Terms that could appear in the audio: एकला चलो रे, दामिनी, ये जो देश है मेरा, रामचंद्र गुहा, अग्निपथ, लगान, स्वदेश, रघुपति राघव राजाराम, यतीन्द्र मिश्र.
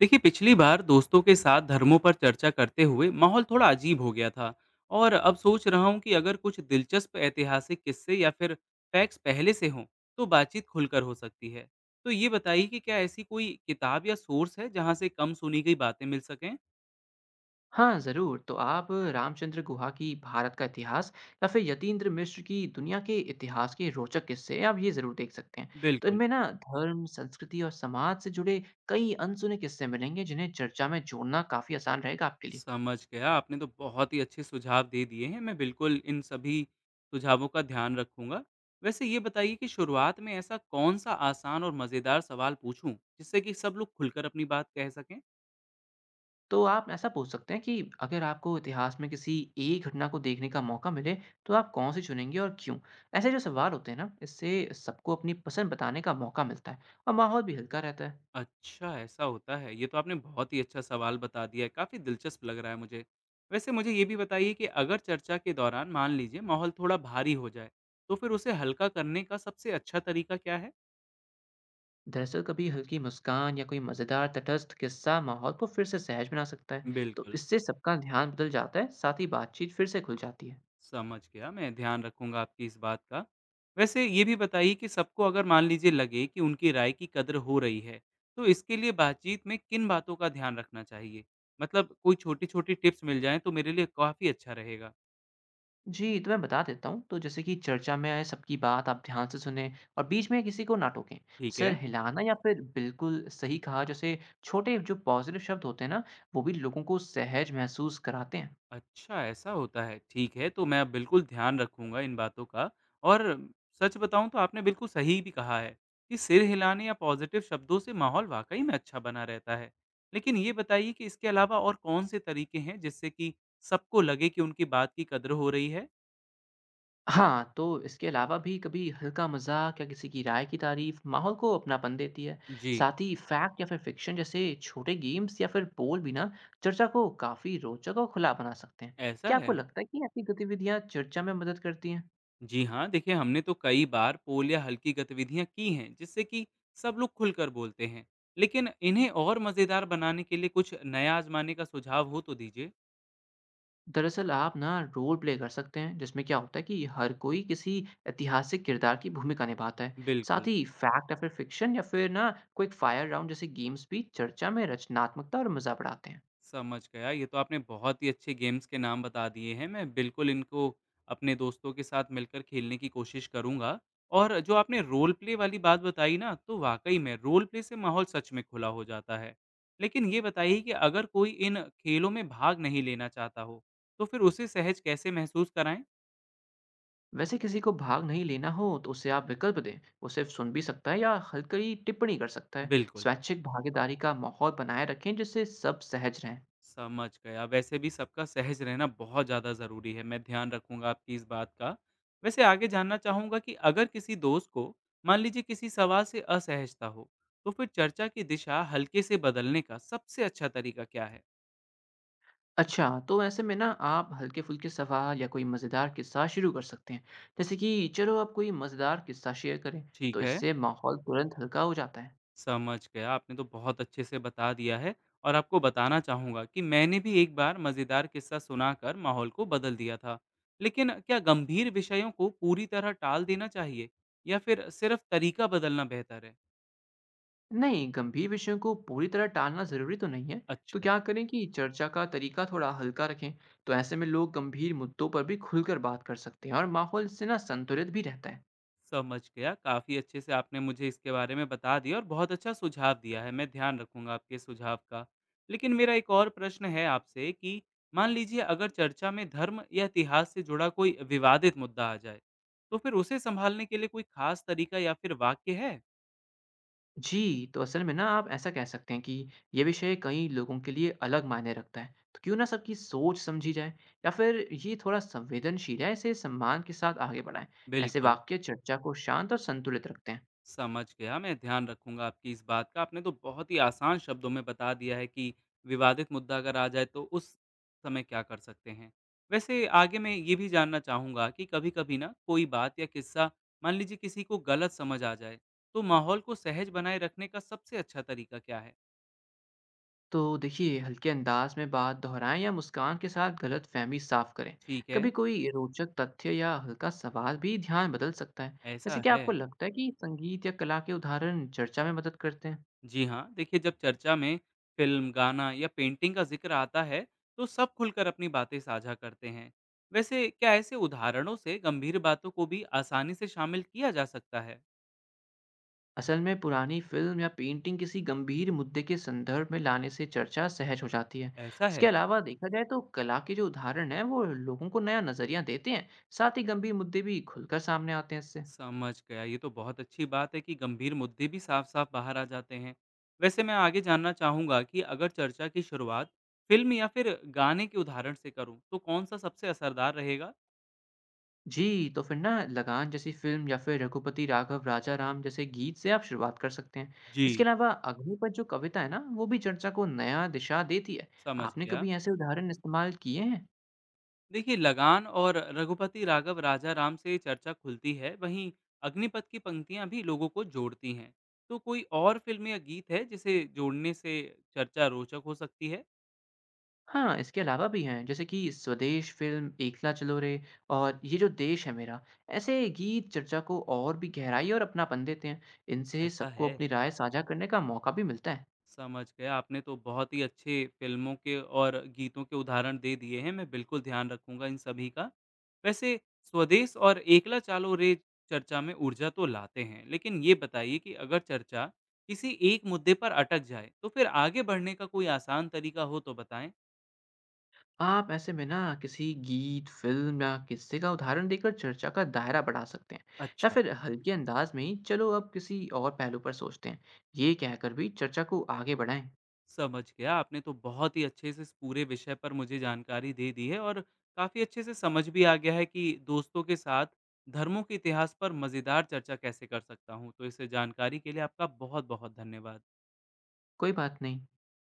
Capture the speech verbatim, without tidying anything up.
देखिए, पिछली बार दोस्तों के साथ धर्मों पर चर्चा करते हुए माहौल थोड़ा अजीब हो गया था। और अब सोच रहा हूँ कि अगर कुछ दिलचस्प ऐतिहासिक किस्से या फिर फैक्ट्स पहले से हों, तो बातचीत खुलकर हो सकती है। तो ये बताइए कि क्या ऐसी कोई किताब या सोर्स है जहाँ से कम सुनी गई बातें मिल सकें। हाँ ज़रूर। तो आप रामचंद्र गुहा की भारत का इतिहास या फिर यतीन्द्र मिश्र की दुनिया के इतिहास के रोचक किस्से, आप ये ज़रूर देख सकते हैं। तो बिल्कुल। इनमें ना धर्म, संस्कृति और समाज से जुड़े कई अनसुने किस्से मिलेंगे, जिन्हें चर्चा में जोड़ना काफ़ी आसान रहेगा आपके लिए। समझ गया। आपने तो बहुत ही अच्छे सुझाव दे दिए हैं। मैं बिल्कुल इन सभी सुझावों का ध्यान रखूँगा। वैसे ये बताइए कि शुरुआत में ऐसा कौन-सा आसान और मज़ेदार सवाल पूछूँ, जिससे कि सब लोग खुलकर अपनी बात कह सकें? तो आप ऐसा पूछ सकते हैं कि अगर आपको इतिहास में किसी एक घटना को देखने का मौका मिले, तो आप कौन सी चुनेंगे और क्यों। ऐसे जो सवाल होते हैं ना, इससे सबको अपनी पसंद बताने का मौका मिलता है और माहौल भी हल्का रहता है। अच्छा, ऐसा होता है। ये तो आपने बहुत ही अच्छा सवाल बता दिया है। काफ़ी दिलचस्प लग रहा है मुझे। वैसे मुझे ये भी बताइए कि अगर चर्चा के दौरान मान लीजिए माहौल थोड़ा भारी हो जाए, तो फिर उसे हल्का करने का सबसे अच्छा तरीका क्या है? दरअसल कभी हल्की मुस्कान या कोई मजेदार तटस्थ किस्सा माहौल को फिर से सहज बना सकता है। तो बिल्कुल। इससे सबका ध्यान बदल जाता है, साथ ही बातचीत फिर से खुल जाती है। समझ गया, मैं ध्यान रखूँगा आपकी इस बात का। वैसे ये भी बताइए कि सबको अगर मान लीजिए लगे कि उनकी राय की कदर हो रही है, तो इसके लिए बातचीत में किन बातों का ध्यान रखना चाहिए? मतलब कोई छोटी-छोटी टिप्स मिल जाएँ तो मेरे लिए काफ़ी अच्छा रहेगा। जी, तो मैं बता देता हूँ। तो जैसे कि चर्चा में आए सबकी बात आप ध्यान से सुने और बीच में किसी को ना टोकें। ठीक सर है। हिलाना या फिर बिल्कुल सही कहा जैसे छोटे जो पॉजिटिव शब्द होते हैं ना, वो भी लोगों को सहज महसूस कराते हैं। अच्छा, ऐसा होता है। ठीक है, तो मैं अब बिल्कुल ध्यान रखूँगा इन बातों का। और सच बताऊँ तो आपने बिल्कुल सही भी कहा है कि सिर हिलाने या पॉज़िटिव शब्दों से माहौल वाक़ई में अच्छा बना रहता है। लेकिन ये बताइए कि इसके अलावा और कौन-से तरीके हैं जिससे कि सबको लगे कि उनकी बात की कद्र हो रही है? हाँ, तो इसके अलावा भी कभी हल्का मज़ाक या किसी की राय की तारीफ़ माहौल को अपनापन देती है। जी। साथ ही फैक्ट या फिर फ़िक्शन जैसे छोटे गेम्स या फिर पोल भी ना, चर्चा को काफ़ी रोचक और खुला बना सकते हैं। ऐसा क्या है। आपको लगता है कि ऐसी गतिविधियाँ चर्चा में मदद करती हैं? जी हाँ, देखिए हमने तो कई बार पोल या हल्की गतिविधियाँ की हैं जिससे कि सब लोग खुलकर बोलते हैं। लेकिन इन्हें और मज़ेदार बनाने के लिए कुछ नया आज़माने का सुझाव हो तो दीजिए। दरअसल आप ना रोल प्ले कर सकते हैं, जिसमें क्या होता है कि हर कोई किसी ऐतिहासिक किरदार की भूमिका निभाता है। साथ बिल्कुल, ही फैक्ट या फिर फ़िक्शन या फिर ना, क्विक फायर राउंड जैसे गेम्स भी चर्चा में रचनात्मकता और मज़ा बढ़ाते हैं। समझ गया। ये तो आपने बहुत ही अच्छे गेम्स के नाम बता दिए हैं। मैं बिल्कुल इनको अपने दोस्तों के साथ मिलकर खेलने की कोशिश करूँगा। और जो आपने रोल प्ले वाली बात बताई ना, तो वाक़ई में रोल प्ले से माहौल सच में खुला हो जाता है। लेकिन ये बताइए कि अगर कोई इन खेलों में भाग नहीं लेना चाहता हो, तो फिर उसे सहज कैसे महसूस कराएँ? वैसे किसी को भाग नहीं लेना हो तो उसे आप विकल्प दें, वो सिर्फ सुन भी सकता है या हल्की टिप्पणी कर सकता है। बिल्कुल। स्वैच्छिक भागीदारी का माहौल बनाए रखें, जिससे सब सहज रहें। समझ गया। वैसे भी सबका सहज रहना बहुत ज़्यादा ज़रूरी है। मैं ध्यान रखूँगा आपकी इस बात का। वैसे आगे जानना चाहूँगा कि अगर किसी दोस्त को मान लीजिए किसी सवाल से असहजता हो, तो फिर चर्चा की दिशा हल्के से बदलने का सबसे अच्छा तरीका क्या है? अच्छा, तो ऐसे में ना आप हल्के फुल्के सवाल या कोई मज़ेदार किस्सा शुरू कर सकते हैं, जैसे कि चलो आप कोई मज़ेदार किस्सा शेयर करें। तो ठीक है, इससे माहौल तुरंत हल्का हो जाता है। समझ गया। आपने तो बहुत अच्छे से बता दिया है। और आपको बताना चाहूँगा कि मैंने भी एक बार मज़ेदार किस्सा सुनाकर माहौल को बदल दिया था। लेकिन क्या गंभीर विषयों को पूरी तरह टाल देना चाहिए या फिर सिर्फ तरीका बदलना बेहतर है? नहीं, गंभीर विषयों को पूरी तरह टालना जरूरी तो नहीं है। तो अच्छा, क्या करें कि चर्चा का तरीका थोड़ा हल्का रखें। तो ऐसे में लोग गंभीर मुद्दों पर भी खुलकर बात कर सकते हैं और माहौल इससे ना संतुलित भी रहता है। समझ गया। काफ़ी अच्छे से आपने मुझे इसके बारे में बता दिया और बहुत अच्छा सुझाव दिया है, मैं ध्यान रखूँगा आपके सुझाव का। लेकिन मेरा एक और प्रश्न है आपसे कि मान लीजिए अगर चर्चा में धर्म या इतिहास से जुड़ा कोई विवादित मुद्दा आ जाए, तो फिर उसे सँभालने के लिए कोई ख़ास तरीका या फिर वाक्य है? जी, तो असल में ना आप ऐसा कह सकते हैं कि ये विषय कई लोगों के लिए अलग मायने रखता है, तो क्यों ना सबकी सोच समझी जाए। या फिर ये थोड़ा संवेदनशील है, इसे सम्मान के साथ आगे बढ़ाएं। ऐसे बिल्कुल। वाक्य चर्चा को शांत और संतुलित रखते हैं। समझ गया, मैं ध्यान रखूँगा आपकी इस बात का। आपने तो बहुत ही आसान शब्दों में बता दिया है कि विवादित मुद्दा अगर आ जाए तो उस समय क्या कर सकते हैं। वैसे आगे मैं ये भी जानना चाहूँगा कि कभी-कभी ना कोई बात या किस्सा मान लीजिए किसी को गलत समझ आ जाए, तो माहौल को सहज बनाए रखने का सबसे अच्छा तरीका क्या है? तो देखिए हल्के अंदाज में बात दोहराएं या मुस्कान के साथ गलतफहमी साफ करें। ठीक है, कभी कोई रोचक तथ्य या हल्का सवाल भी ध्यान बदल सकता है। वैसे ऐसा क्या है। आपको लगता है कि संगीत या कला के उदाहरण चर्चा में मदद करते हैं? जी हाँ, देखिए जब चर्चा में फिल्म, गाना या पेंटिंग का जिक्र आता है, तो सब खुलकर अपनी बातें साझा करते हैं। वैसे क्या ऐसे उदाहरणों से गंभीर बातों को भी आसानी से शामिल किया जा सकता है? असल में पुरानी फिल्म या पेंटिंग किसी गंभीर मुद्दे के संदर्भ में लाने से चर्चा सहज हो जाती है। ऐसा है। इसके अलावा देखा जाए तो कला के जो उदाहरण हैं, वो लोगों को नया नजरिया देते हैं। साथ ही गंभीर मुद्दे भी खुलकर सामने आते हैं इससे। समझ गया। ये तो बहुत अच्छी बात है कि गंभीर मुद्दे भी साफ साफ बाहर आ जाते हैं। वैसे मैं आगे जानना चाहूंगा कि अगर चर्चा की शुरुआत फिल्म या फिर गाने के उदाहरण से करूं, तो कौन सा सबसे असरदार रहेगा? जी, तो फिर ना लगान जैसी फ़िल्म या फिर रघुपति राघव राजाराम जैसे गीत से आप शुरुआत कर सकते हैं। इसके जी। अलावा अग्निपथ जो कविता है ना, वो भी चर्चा को नया दिशा देती है। समझ आपने गया। कभी ऐसे उदाहरण इस्तेमाल किए हैं? देखिए, लगान और रघुपति राघव राजा राम से चर्चा खुलती है, वहीं अग्निपथ की पंक्तियां भी लोगों को जोड़ती हैं। तो कोई और फिल्म या गीत है जिसे जोड़ने से चर्चा रोचक हो सकती है? हाँ, इसके अलावा भी हैं, जैसे कि स्वदेश फ़िल्म, एकला चलो रे और ये जो देश है मेरा, ऐसे गीत चर्चा को और भी गहराई और अपनापन देते हैं। इनसे ऐसा सबको है। अपनी राय साझा करने का मौका भी मिलता है। समझ गया। आपने तो बहुत ही अच्छे फ़िल्मों के और गीतों के उदाहरण दे दिए हैं, मैं बिल्कुल ध्यान रखूँगा इन सभी का। वैसे स्वदेश और एकला चालो रे चर्चा में ऊर्जा तो लाते हैं, लेकिन ये बताइए कि अगर चर्चा किसी एक मुद्दे पर अटक जाए, तो फिर आगे बढ़ने का कोई आसान तरीका हो तो बताएँ? आप ऐसे में ना किसी गीत, फिल्म या किस्से का उदाहरण देकर चर्चा का दायरा बढ़ा सकते हैं। या अच्छा, फिर हल्के अंदाज में ही, चलो अब किसी और पहलू पर सोचते हैं, ये कहकर भी चर्चा को आगे बढ़ाएं। समझ गया। आपने तो बहुत ही अच्छे से इस पूरे विषय पर मुझे जानकारी दे दी है और काफ़ी अच्छे से समझ भी आ गया है कि दोस्तों के साथ धर्मों के इतिहास पर मज़ेदार चर्चा कैसे कर सकता हूँ। तो इस जानकारी के लिए आपका बहुत बहुत धन्यवाद। कोई बात नहीं।